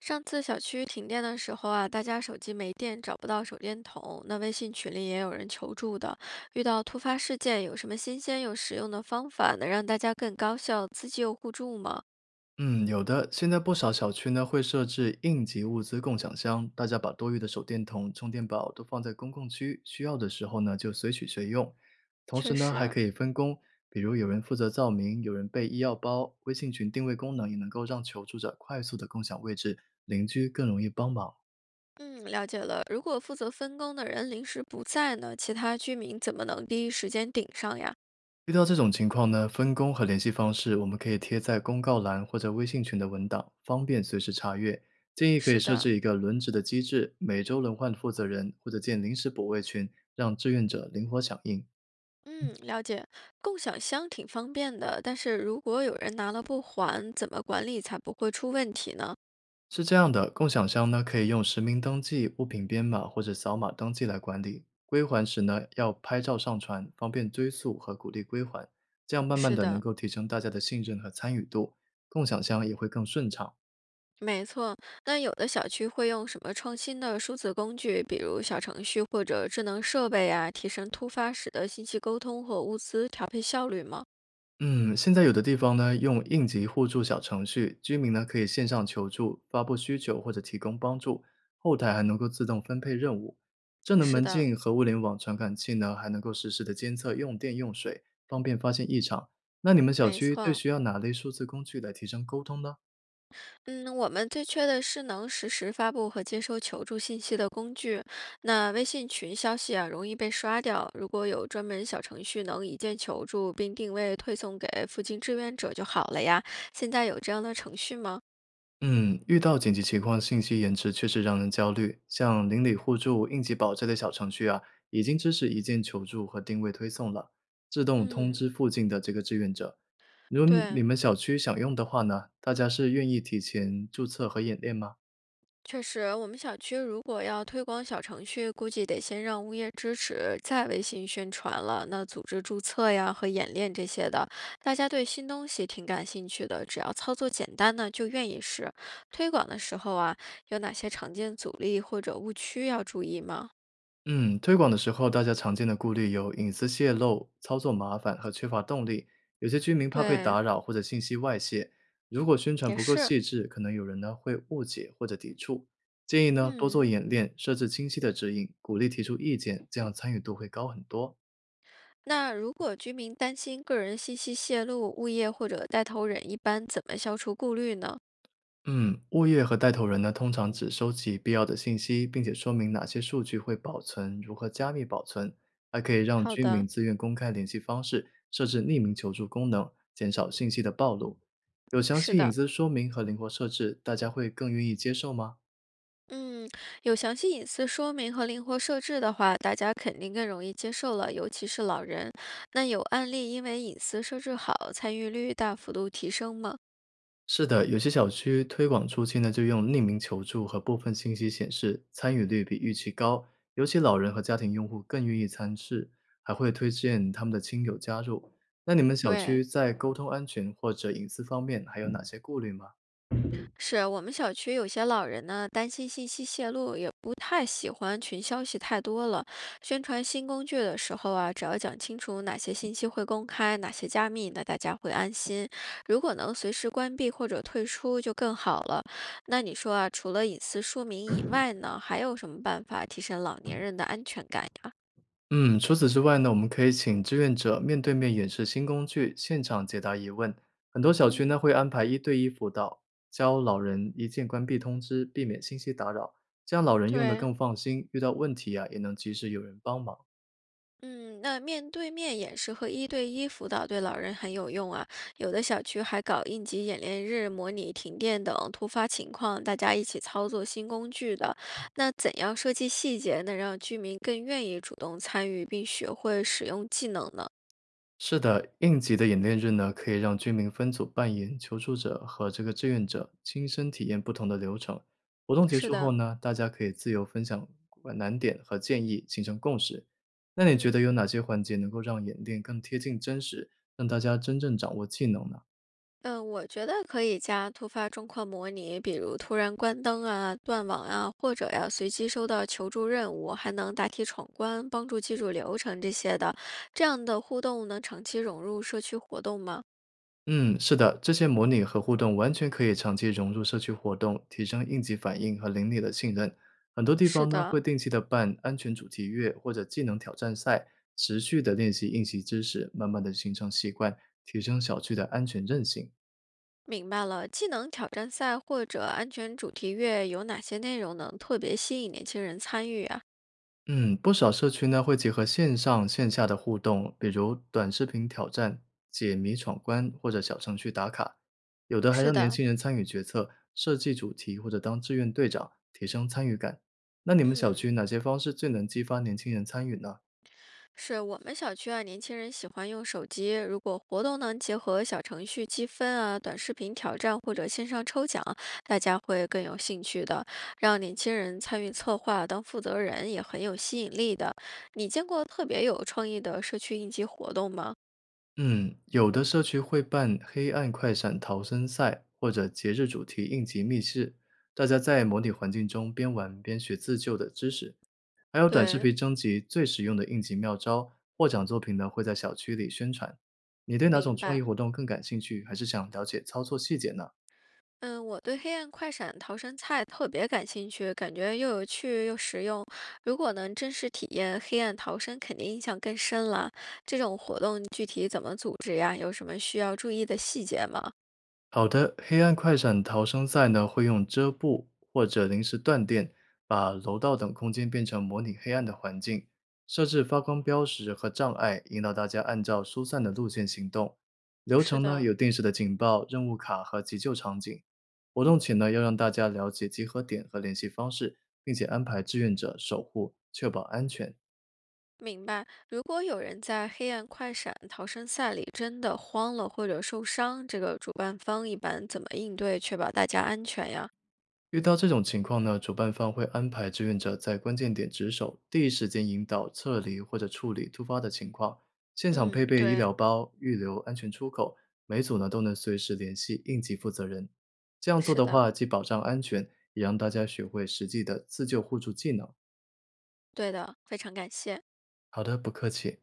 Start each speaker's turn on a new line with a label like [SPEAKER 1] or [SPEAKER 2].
[SPEAKER 1] 上次小区停电的时候啊，大家手机没电，找不到手电筒。那微信群里也有人求助的。遇到突发事件，有什么新鲜又实用的方法，能让大家更高效、自救互助吗？
[SPEAKER 2] 嗯，有的。现在不少小区呢会设置应急物资共享箱，大家把多余的手电筒、充电宝都放在公共区，需要的时候呢就随取随用。同时
[SPEAKER 1] 确
[SPEAKER 2] 呢还
[SPEAKER 1] 实，
[SPEAKER 2] 可以分工，比如有人负责照明，有人备医药包。微信群定位功能也能够让求助者快速的共享位置，邻居更容易帮忙。
[SPEAKER 1] 嗯，了解了。如果负责分工的人临时不在呢，其他居民怎么能第一时间顶上呀？
[SPEAKER 2] 遇到这种情况呢，分工和联系方式我们可以贴在公告栏或者微信群的文档，方便随时查阅。建议可以
[SPEAKER 1] 是
[SPEAKER 2] 设
[SPEAKER 1] 的，
[SPEAKER 2] 置一个轮值的机制，每周轮换负责人，或者建临时补位群，让志愿者灵活响应。
[SPEAKER 1] 嗯，了解。共享箱挺方便的，但是如果有人拿了不还，怎么管理才不会出问题呢？
[SPEAKER 2] 是这样的，共享箱呢可以用实名登记、物品编码或者扫码登记来管理。归还时呢要拍照上传，方便追溯和鼓励归还。这样慢慢
[SPEAKER 1] 是
[SPEAKER 2] 的能
[SPEAKER 1] 的，
[SPEAKER 2] 够提升大家的信任和参与度，共享箱也会更顺畅。
[SPEAKER 1] 没错，那有的小区会用什么创新的数字工具，比如小程序或者智能设备啊，提升突发时的信息沟通和物资调配效率吗？
[SPEAKER 2] 嗯，现在有的地方呢，用应急互助小程序，居民呢可以线上求助、发布需求或者提供帮助，后台还能够自动分配任务。智能
[SPEAKER 1] 是
[SPEAKER 2] 门
[SPEAKER 1] 的，
[SPEAKER 2] 禁和物联网传感器呢，还能够实时的监测用电用水，方便发现异常。那你们小
[SPEAKER 1] 没
[SPEAKER 2] 区最
[SPEAKER 1] 错。
[SPEAKER 2] 需要哪类数字工具来提升沟通呢？
[SPEAKER 1] 嗯，我们最缺的是能实时发布和接收求助信息的工具。那微信群消息啊，容易被刷掉。如果有专门小程序能一键求助并定位推送给附近志愿者就好了呀。现在有这样的程序吗？
[SPEAKER 2] 嗯，遇到紧急情况，信息延迟确实让人焦虑。像邻里互助、应急宝这类小程序啊，已经支持一键求助和定位推送了，自动通
[SPEAKER 1] 嗯，
[SPEAKER 2] 知附近的这个志愿者。如果你
[SPEAKER 1] 对。
[SPEAKER 2] 们小区想用的话呢，大家是愿意提前注册和演练吗？
[SPEAKER 1] 确实，我们小区如果要推广小程序，估计得先让物业支持，再微信宣传了。那组织注册呀和演练这些的，大家对新东西挺感兴趣的，只要操作简单呢，就愿意试。推广的时候啊，有哪些常见阻力或者误区要注意吗？
[SPEAKER 2] 嗯，推广的时候，大家常见的顾虑有隐私泄露、操作麻烦和缺乏动力。有些居民怕被
[SPEAKER 1] 对，
[SPEAKER 2] 打扰或者信息外泄，如果宣传
[SPEAKER 1] 也
[SPEAKER 2] 不够
[SPEAKER 1] 是。
[SPEAKER 2] 细致，可能有人呢会误解或者抵触。建议呢多做
[SPEAKER 1] 嗯，
[SPEAKER 2] 演练，设置清晰的指引，鼓励提出意见，这样参与度会高很多。
[SPEAKER 1] 那如果居民担心个人信息泄露，物业或者带头人一般怎么消除顾虑呢？
[SPEAKER 2] 嗯，物业和带头人呢，通常只收集必要的信息，并且说明哪些数据会保存，如何加密保存，还可以让
[SPEAKER 1] 好
[SPEAKER 2] 居民
[SPEAKER 1] 的，
[SPEAKER 2] 自愿公开联系方式，设置匿名求助功能，减少信息的暴露。有详
[SPEAKER 1] 是
[SPEAKER 2] 细隐
[SPEAKER 1] 的。
[SPEAKER 2] 私说明和灵活设置，大家会更愿意接受吗？
[SPEAKER 1] 嗯，有详细隐私说明和灵活设置的话，大家肯定更容易接受了，尤其是老人。那有案例因为隐私设置好，参与率大幅度提升吗？
[SPEAKER 2] 是的，有些小区推广初期呢，就用匿名求助和部分信息显示参与率比预期高，尤其老人和家庭用户更愿意参试，还会推荐他们的亲友加入。那你们小
[SPEAKER 1] 对，
[SPEAKER 2] 区在沟通安全或者隐私方面还有哪些顾虑吗？
[SPEAKER 1] 是我们小区有些老人呢，担心信息泄露，也不太喜欢群消息太多了。宣传新工具的时候啊，只要讲清楚哪些信息会公开，哪些加密，那大家会安心。如果能随时关闭或者退出，就更好了。那你说啊，除了隐私说明以外呢，还有什么办法提升老年人的安全感呀？
[SPEAKER 2] 嗯，除此之外呢，我们可以请志愿者面对面演示新工具，现场解答疑问。很多小区呢
[SPEAKER 1] 嗯，
[SPEAKER 2] 会安排一对一辅导，教老人一键关闭通知，避免信息打扰，这样老人用的
[SPEAKER 1] 对，
[SPEAKER 2] 更放心，遇到问题啊也能及时有人帮忙。
[SPEAKER 1] 嗯，那面对面演示和一对一辅导对老人很有用啊。有的小区还搞应急演练日，模拟停电等突发情况，大家一起操作新工具的。那怎样设计细节，能让居民更愿意主动参与并学会使用技能呢？
[SPEAKER 2] 是的，应急的演练日呢，可以让居民分组扮演求助者和这个志愿者，亲身体验不同的流程。活动结
[SPEAKER 1] 是
[SPEAKER 2] 束后
[SPEAKER 1] 的，
[SPEAKER 2] 呢，大家可以自由分享难点和建议，形成共识。那你觉
[SPEAKER 1] 嗯。
[SPEAKER 2] 得有哪些环节能够让演练更贴近真实，让大家真正掌握技能呢？
[SPEAKER 1] 嗯，我觉得可以加突发状况模拟，比如突然关灯啊、断网啊，或者要随机收到求助任务，还能答题闯关，帮助记住流程这些的。这样的互动能长期融入社区活动吗？
[SPEAKER 2] 嗯，是的，这些模拟和互动完全可以长期融入社区活动，提升应急反应和邻里的信任。很多地
[SPEAKER 1] 是
[SPEAKER 2] 方呢
[SPEAKER 1] 的，
[SPEAKER 2] 会定期的办安全主题月或者技能挑战赛，持续的练习应急知识，慢慢的形成习惯，提升小区的安全韧性。
[SPEAKER 1] 明白了。技能挑战赛或者安全主题月有哪些内容能特别吸引年轻人参与啊？
[SPEAKER 2] 嗯，不少社区呢会结合线上线下的互动，比如短视频挑战、解谜闯关或者小程序打卡，有的还
[SPEAKER 1] 是
[SPEAKER 2] 让年
[SPEAKER 1] 的，
[SPEAKER 2] 轻人参与决策、设计主题或者当志愿队长，提升参与感。那你们小区
[SPEAKER 1] 嗯。
[SPEAKER 2] 哪些方式最能激发年轻人参与呢？
[SPEAKER 1] 是我们小区啊，年轻人喜欢用手机。如果活动能结合小程序积分啊、短视频挑战或者线上抽奖，大家会更有兴趣的。让年轻人参与策划，当负责人也很有吸引力的。你见过特别有创意的社区应急活动吗？
[SPEAKER 2] 嗯，有的社区会办黑暗快闪逃生赛或者节日主题应急密室，大家在模拟环境中边玩边学自救的知识。还有短视
[SPEAKER 1] 对，
[SPEAKER 2] 频征集最实用的应急妙招，获奖作品呢会在小区里宣传。你对哪种
[SPEAKER 1] 明
[SPEAKER 2] 创意
[SPEAKER 1] 白。
[SPEAKER 2] 活动更感兴趣，还是想了解操作细节呢？
[SPEAKER 1] 嗯，我对黑暗快闪逃生菜特别感兴趣，感觉又有趣又实用。如果能真实体验黑暗逃生，肯定印象更深了。这种活动具体怎么组织呀？有什么需要注意的细节吗？
[SPEAKER 2] 好的，黑暗快闪逃生赛呢，会用遮布或者临时断电，把楼道等空间变成模拟黑暗的环境，设置发光标识和障碍，引导大家按照疏散的路线行动。流
[SPEAKER 1] 是
[SPEAKER 2] 程呢
[SPEAKER 1] 的，
[SPEAKER 2] 有定时的警报、任务卡和急救场景。活动前呢，要让大家了解集合点和联系方式，并且安排志愿者守护，确保安全。
[SPEAKER 1] 明白。如果有人在黑暗快闪逃生赛里真的慌了或者受伤，这个主办方一般怎么应对，确保大家安全呀？
[SPEAKER 2] 遇到这种情况呢，主办方会安排志愿者在关键点值守，第一时间引导撤离或者处理突发的情况，现场配
[SPEAKER 1] 嗯，
[SPEAKER 2] 备医
[SPEAKER 1] 对，
[SPEAKER 2] 疗包，预留安全出口，每组呢都能随时联系应急负责人。这样做
[SPEAKER 1] 是
[SPEAKER 2] 的
[SPEAKER 1] 的，
[SPEAKER 2] 话，既保障安全，也让大家学会实际的自救互助技能。
[SPEAKER 1] 对的，非常感谢。
[SPEAKER 2] 好的，不客气。